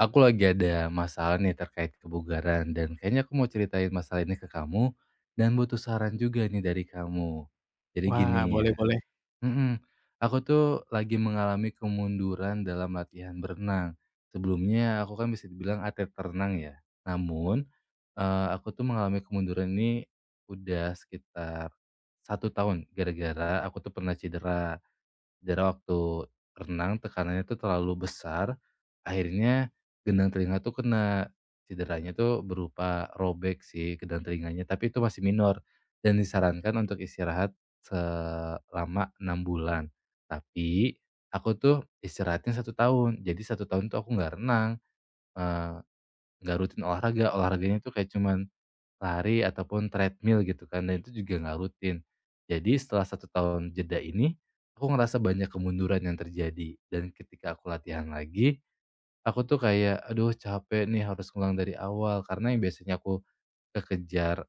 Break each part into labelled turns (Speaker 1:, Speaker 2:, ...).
Speaker 1: Aku lagi ada masalah nih terkait kebugaran dan kayaknya aku mau ceritain masalah ini ke kamu dan butuh saran juga nih dari kamu. Jadi
Speaker 2: Wah,
Speaker 1: gini
Speaker 2: boleh
Speaker 1: ya,
Speaker 2: boleh.
Speaker 1: mhm, aku tuh lagi mengalami kemunduran dalam latihan berenang. Sebelumnya aku kan bisa dibilang atlet renang ya. Namun, aku tuh mengalami kemunduran ini udah sekitar satu tahun gara-gara aku tuh pernah cedera. Jadi waktu renang tekanannya tuh terlalu besar, akhirnya gendang telinga tuh kena. Cederanya tuh berupa robek sih gendang telinganya, tapi itu masih minor dan disarankan untuk istirahat selama 6 bulan. Tapi aku tuh istirahatnya satu tahun, jadi satu tahun tuh aku nggak renang, eee, nggak rutin olahraga, olahraganya tuh kayak cuman lari ataupun treadmill gitu kan, dan itu juga nggak rutin. Jadi setelah satu tahun jeda ini, aku ngerasa banyak kemunduran yang terjadi. Dan ketika aku latihan lagi, aku tuh kayak, "Aduh capek nih harus ngulang dari awal." Karena yang biasanya aku kekejar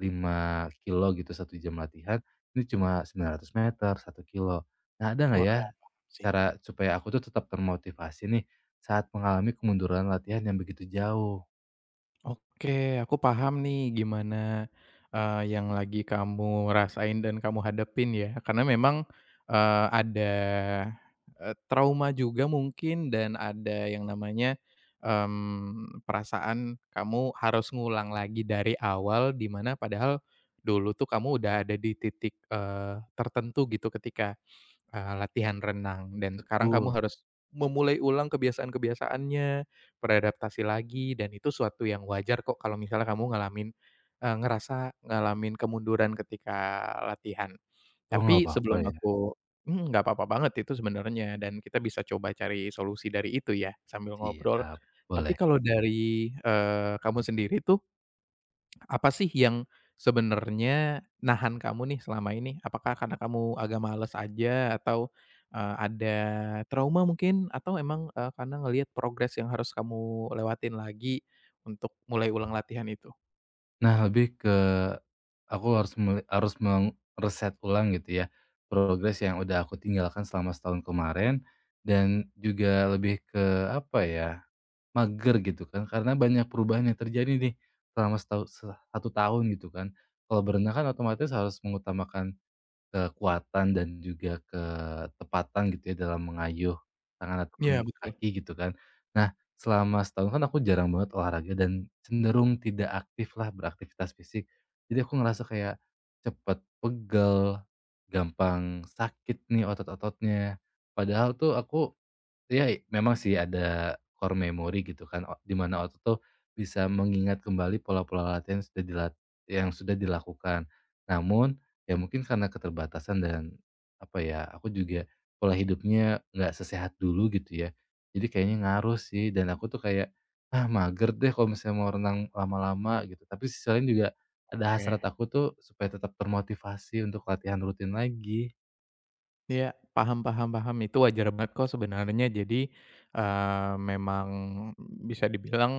Speaker 1: 5 kilo gitu satu jam latihan, ini cuma 900 meter, satu kilo. Nah, ada nggak ya
Speaker 2: Wah, sih.
Speaker 1: cara supaya aku tuh tetap termotivasi nih saat mengalami kemunduran latihan yang begitu jauh?
Speaker 2: Oke, aku paham nih gimana, yang lagi kamu rasain dan kamu hadapin ya. Karena memang, eee, ada, trauma juga mungkin dan ada yang namanya, perasaan kamu harus ngulang lagi dari awal, dimana padahal dulu tuh kamu udah ada di titik, tertentu gitu ketika latihan renang dan sekarang kamu
Speaker 1: Betul.
Speaker 2: harus memulai ulang kebiasaan-kebiasaannya, beradaptasi lagi dan itu suatu yang wajar kok kalau misalnya kamu ngalamin, ngerasa ngalamin kemunduran ketika latihan.
Speaker 1: Oh nggak
Speaker 2: Tapi
Speaker 1: apa-apa
Speaker 2: sebelum
Speaker 1: ya?
Speaker 2: aku mhm, nggak apa-apa banget itu sebenarnya dan kita bisa coba cari solusi dari itu ya sambil ngobrol.
Speaker 1: Siap,
Speaker 2: Tapi
Speaker 1: boleh.
Speaker 2: kalau dari, kamu sendiri tuh apa sih yang sebenarnya nahan kamu nih selama ini? Apakah karena kamu agak males aja atau, ada trauma mungkin? Atau emang, karena ngelihat progres yang harus kamu lewatin lagi untuk mulai ulang latihan itu?
Speaker 1: Nah, lebih ke aku harus mereset ulang gitu ya, progres yang udah aku tinggalkan selama setahun kemarin dan juga lebih ke apa ya, mager gitu kan, karena banyak perubahan yang terjadi nih selama setau se 1 tahun gitu kan. Kalau berenang kan otomatis harus mengutamakan kekuatan dan juga ketepatan gitu ya dalam mengayuh tangan ataupun
Speaker 2: Iya betul,
Speaker 1: kaki gitu kan. Nah, selama setahun kan aku jarang banget olahraga dan cenderung tidak aktif lah beraktivitas fisik. Jadi aku ngerasa kayak cepet pegel, gampang sakit nih otot-ototnya. Padahal tuh aku. Iya, memang sih ada core memory gitu kan, o di mana otot tuh bisa mengingat kembali pola-pola latihan yang sudah dilakukan. Namun, ya mungkin karena keterbatasan dan apa ya, aku juga pola hidupnya nggak sesehat dulu gitu ya. Jadi kayaknya ngaruh sih dan aku tuh kayak, "Ah, mager deh kalau misalnya mau renang lama-lama," gitu. Tapi sisi lain juga ada
Speaker 2: oke.
Speaker 1: hasrat aku tuh supaya tetap termotivasi untuk latihan rutin lagi.
Speaker 2: Iya, paham paham paham, itu wajar banget kok sebenarnya. Jadi, memang bisa dibilang,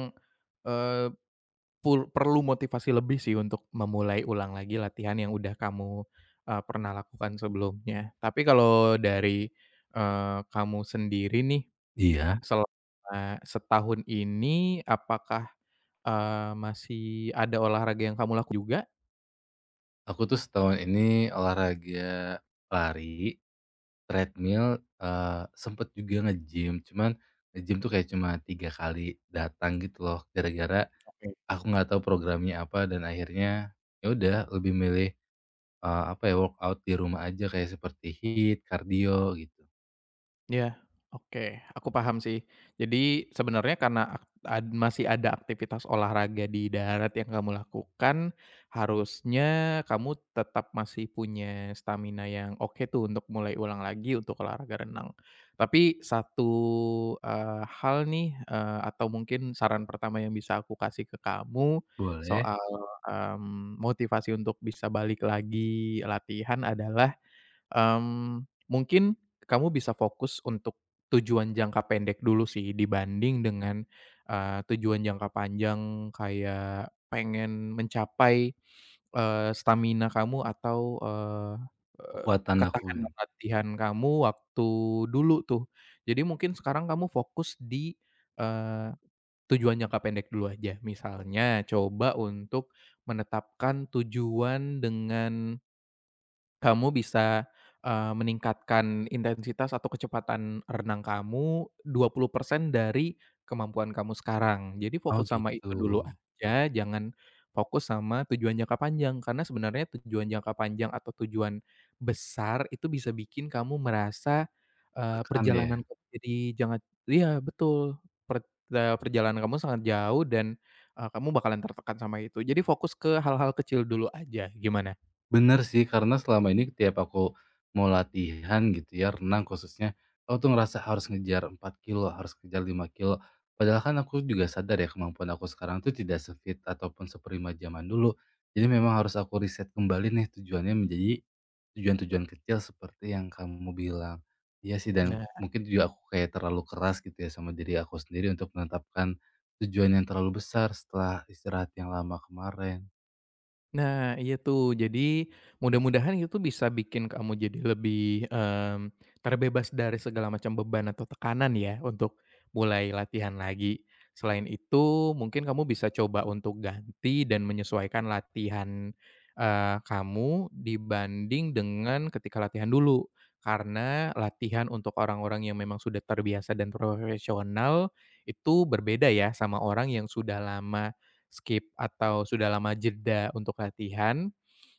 Speaker 2: Perlu motivasi lebih sih untuk memulai ulang lagi latihan yang udah kamu, pernah lakukan sebelumnya. Tapi kalau dari, kamu sendiri nih,
Speaker 1: Iya.
Speaker 2: selama setahun ini apakah, masih ada olahraga yang kamu juga?
Speaker 1: Aku tuh setahun ini olahraga lari, treadmill, eee, sempet juga nge-gym, cuman nge-gym tuh kayak cuma 3 kali datang gitu loh, gara-gara
Speaker 2: Oke.
Speaker 1: aku nggak tahu programnya apa dan akhirnya ya udah lebih milih, apa ya, workout di rumah aja kayak seperti HIIT, kardio gitu.
Speaker 2: Iya, oke, aku paham sih. Jadi sebenarnya karena ak ad masih ada aktivitas olahraga di darat yang kamu lakukan, harusnya kamu tetap masih punya stamina yang oke tuh untuk mulai ulang lagi untuk olahraga renang. Tapi satu, eee, hal nih, eee, atau mungkin saran pertama yang bisa aku kasih ke kamu
Speaker 1: Boleh,
Speaker 2: soal, motivasi untuk bisa balik lagi latihan adalah mungkin kamu bisa fokus untuk tujuan jangka pendek dulu sih dibanding dengan, tujuan jangka panjang kayak pengen mencapai, stamina kamu atau, eee eee,
Speaker 1: kekuatan aku ya.
Speaker 2: ketahanan latihan kamu waktu dulu tuh. Jadi mungkin sekarang kamu fokus di, eee, tujuan jangka pendek dulu aja. Misalnya coba untuk menetapkan tujuan dengan kamu bisa, meningkatkan intensitas atau kecepatan renang kamu 20% dari kemampuan kamu sekarang. Jadi
Speaker 1: Oh
Speaker 2: fokus sama itu
Speaker 1: gitu,
Speaker 2: dulu aja, jangan fokus sama tujuan jangka panjang, karena sebenarnya tujuan jangka panjang atau tujuan besar itu bisa bikin kamu merasa,
Speaker 1: tertekan ya?
Speaker 2: perjalanan kamu jadi jangan iya betul, perjalanan kamu sangat jauh dan, kamu bakalan tertekan sama itu. Jadi fokus ke hal-hal kecil dulu aja, gimana?
Speaker 1: Bener sih, karena selama ini tiap aku mau latihan gitu ya, renang khususnya, aku tuh ngerasa harus ngejar 4 kilo, harus ngejar 5 kilo. Padahal kan aku juga sadar ya kemampuan aku sekarang tuh tidak sefit ataupun seprima zaman dulu. Jadi memang harus aku riset kembali nih tujuannya menjadi tujuan-tujuan kecil seperti yang kamu bilang. Iya sih dan
Speaker 2: Nah.
Speaker 1: mungkin juga aku kayak terlalu keras gitu ya sama diri aku sendiri untuk menetapkan tujuan yang terlalu besar setelah istirahat yang lama kemarin.
Speaker 2: Nah, iya tuh. Jadi, mudah-mudahan itu bisa bikin kamu jadi lebih, terbebas dari segala macam beban atau tekanan ya, untuk mulai latihan lagi. Selain itu, mungkin kamu bisa coba untuk ganti dan menyesuaikan latihan, kamu dibanding dengan ketika latihan dulu. Karena latihan untuk orang-orang yang memang sudah terbiasa dan profesional, itu berbeda ya sama orang yang sudah lama skip atau sudah lama jeda untuk latihan,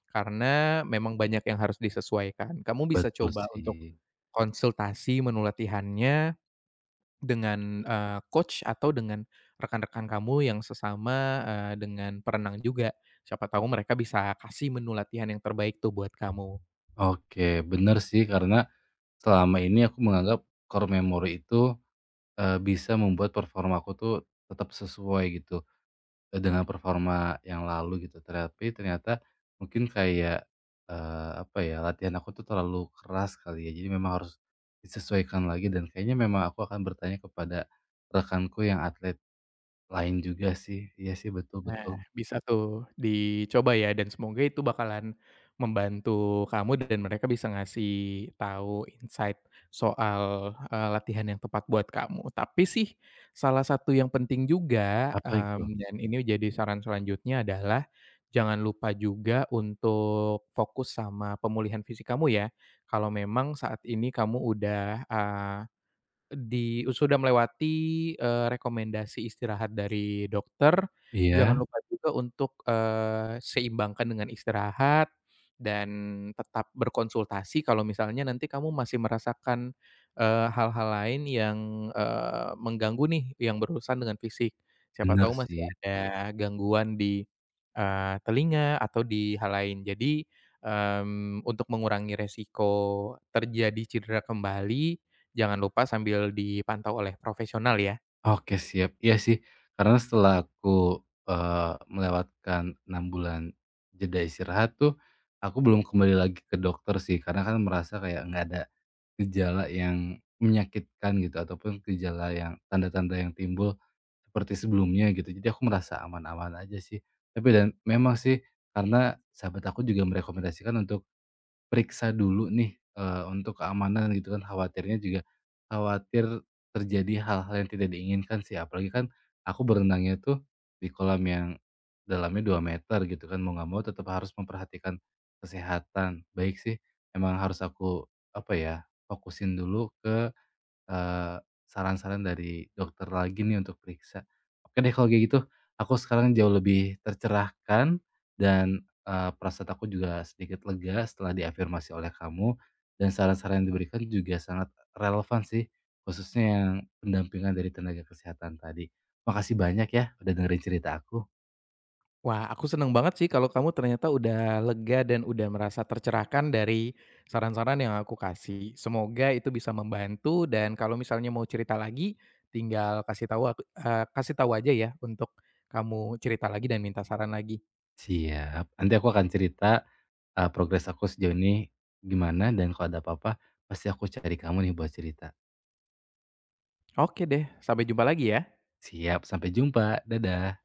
Speaker 2: karena memang banyak yang harus disesuaikan. Kamu bisa
Speaker 1: Betul
Speaker 2: coba
Speaker 1: sih.
Speaker 2: untuk konsultasi menu latihannya dengan, coach atau dengan rekan-rekan kamu yang sesama, dengan perenang juga. Siapa tahu mereka bisa kasih menu latihan yang terbaik tuh buat kamu.
Speaker 1: Oke, bener sih karena selama ini aku menganggap core memory itu, bisa membuat performaku tuh tetap sesuai gitu, dengan performa yang lalu gitu. Tapi ternyata mungkin kayak, apa ya, latihan aku tuh terlalu keras kali ya, jadi memang harus disesuaikan lagi dan kayaknya memang aku akan bertanya kepada rekanku yang atlet lain juga sih. Iya sih, betul
Speaker 2: Nah,
Speaker 1: betul.
Speaker 2: bisa tuh dicoba ya dan semoga itu bakalan membantu kamu dan mereka bisa ngasih tahu insight soal, latihan yang tepat buat kamu. Tapi sih salah satu yang penting juga,
Speaker 1: Apa itu?
Speaker 2: dan ini jadi saran selanjutnya adalah jangan lupa juga untuk fokus sama pemulihan fisik kamu ya. Kalau memang saat ini kamu udah, sudah melewati, rekomendasi istirahat dari dokter, jangan
Speaker 1: Iya,
Speaker 2: lupa juga untuk, seimbangkan dengan istirahat dan tetap berkonsultasi kalau misalnya nanti kamu masih merasakan, hal-hal lain yang, mengganggu nih, yang berurusan dengan fisik. Siapa
Speaker 1: bener
Speaker 2: tahu masih
Speaker 1: sih.
Speaker 2: ada gangguan di, telinga atau di hal lain. Jadi, untuk mengurangi resiko terjadi cedera kembali, jangan lupa sambil dipantau oleh profesional ya.
Speaker 1: Oke siap, iya sih karena setelah aku, melewatkan 6 bulan jeda istirahat tuh, aku belum kembali lagi ke dokter sih karena kan merasa kayak nggak ada gejala yang menyakitkan gitu ataupun gejala yang tanda-tanda yang timbul seperti sebelumnya gitu, jadi aku merasa aman-aman aja sih. Tapi dan memang sih karena sahabat aku juga merekomendasikan untuk periksa dulu nih, untuk keamanan gitu kan, khawatirnya juga khawatir terjadi hal-hal yang tidak diinginkan sih, apalagi kan aku berenangnya tuh di kolam yang dalamnya 2 meter gitu kan, mau nggak mau tetap harus memperhatikan kesehatan. Baik sih, emang harus aku, apa ya, fokusin dulu ke eee, saran-saran dari dokter lagi nih untuk periksa. Oke deh kalau kayak gitu, aku sekarang jauh lebih tercerahkan dan, perasaan aku juga sedikit lega setelah diafirmasi oleh kamu, dan saran-saran yang diberikan juga sangat relevan sih, khususnya yang pendampingan dari tenaga kesehatan tadi. Makasih banyak ya udah dengerin cerita aku.
Speaker 2: Wah, aku seneng banget sih kalau kamu ternyata udah lega dan udah merasa tercerahkan dari saran-saran yang aku kasih. Semoga itu bisa membantu dan kalau misalnya mau cerita lagi, tinggal kasih tahu aku, kasih tahu aja ya untuk kamu cerita lagi dan minta saran lagi.
Speaker 1: Siap, nanti aku akan cerita, progres aku sejauh ini gimana dan kalau ada apa-apa pasti aku cari kamu nih buat cerita.
Speaker 2: Oke deh, sampai jumpa lagi ya.
Speaker 1: Siap, sampai jumpa. Dadah.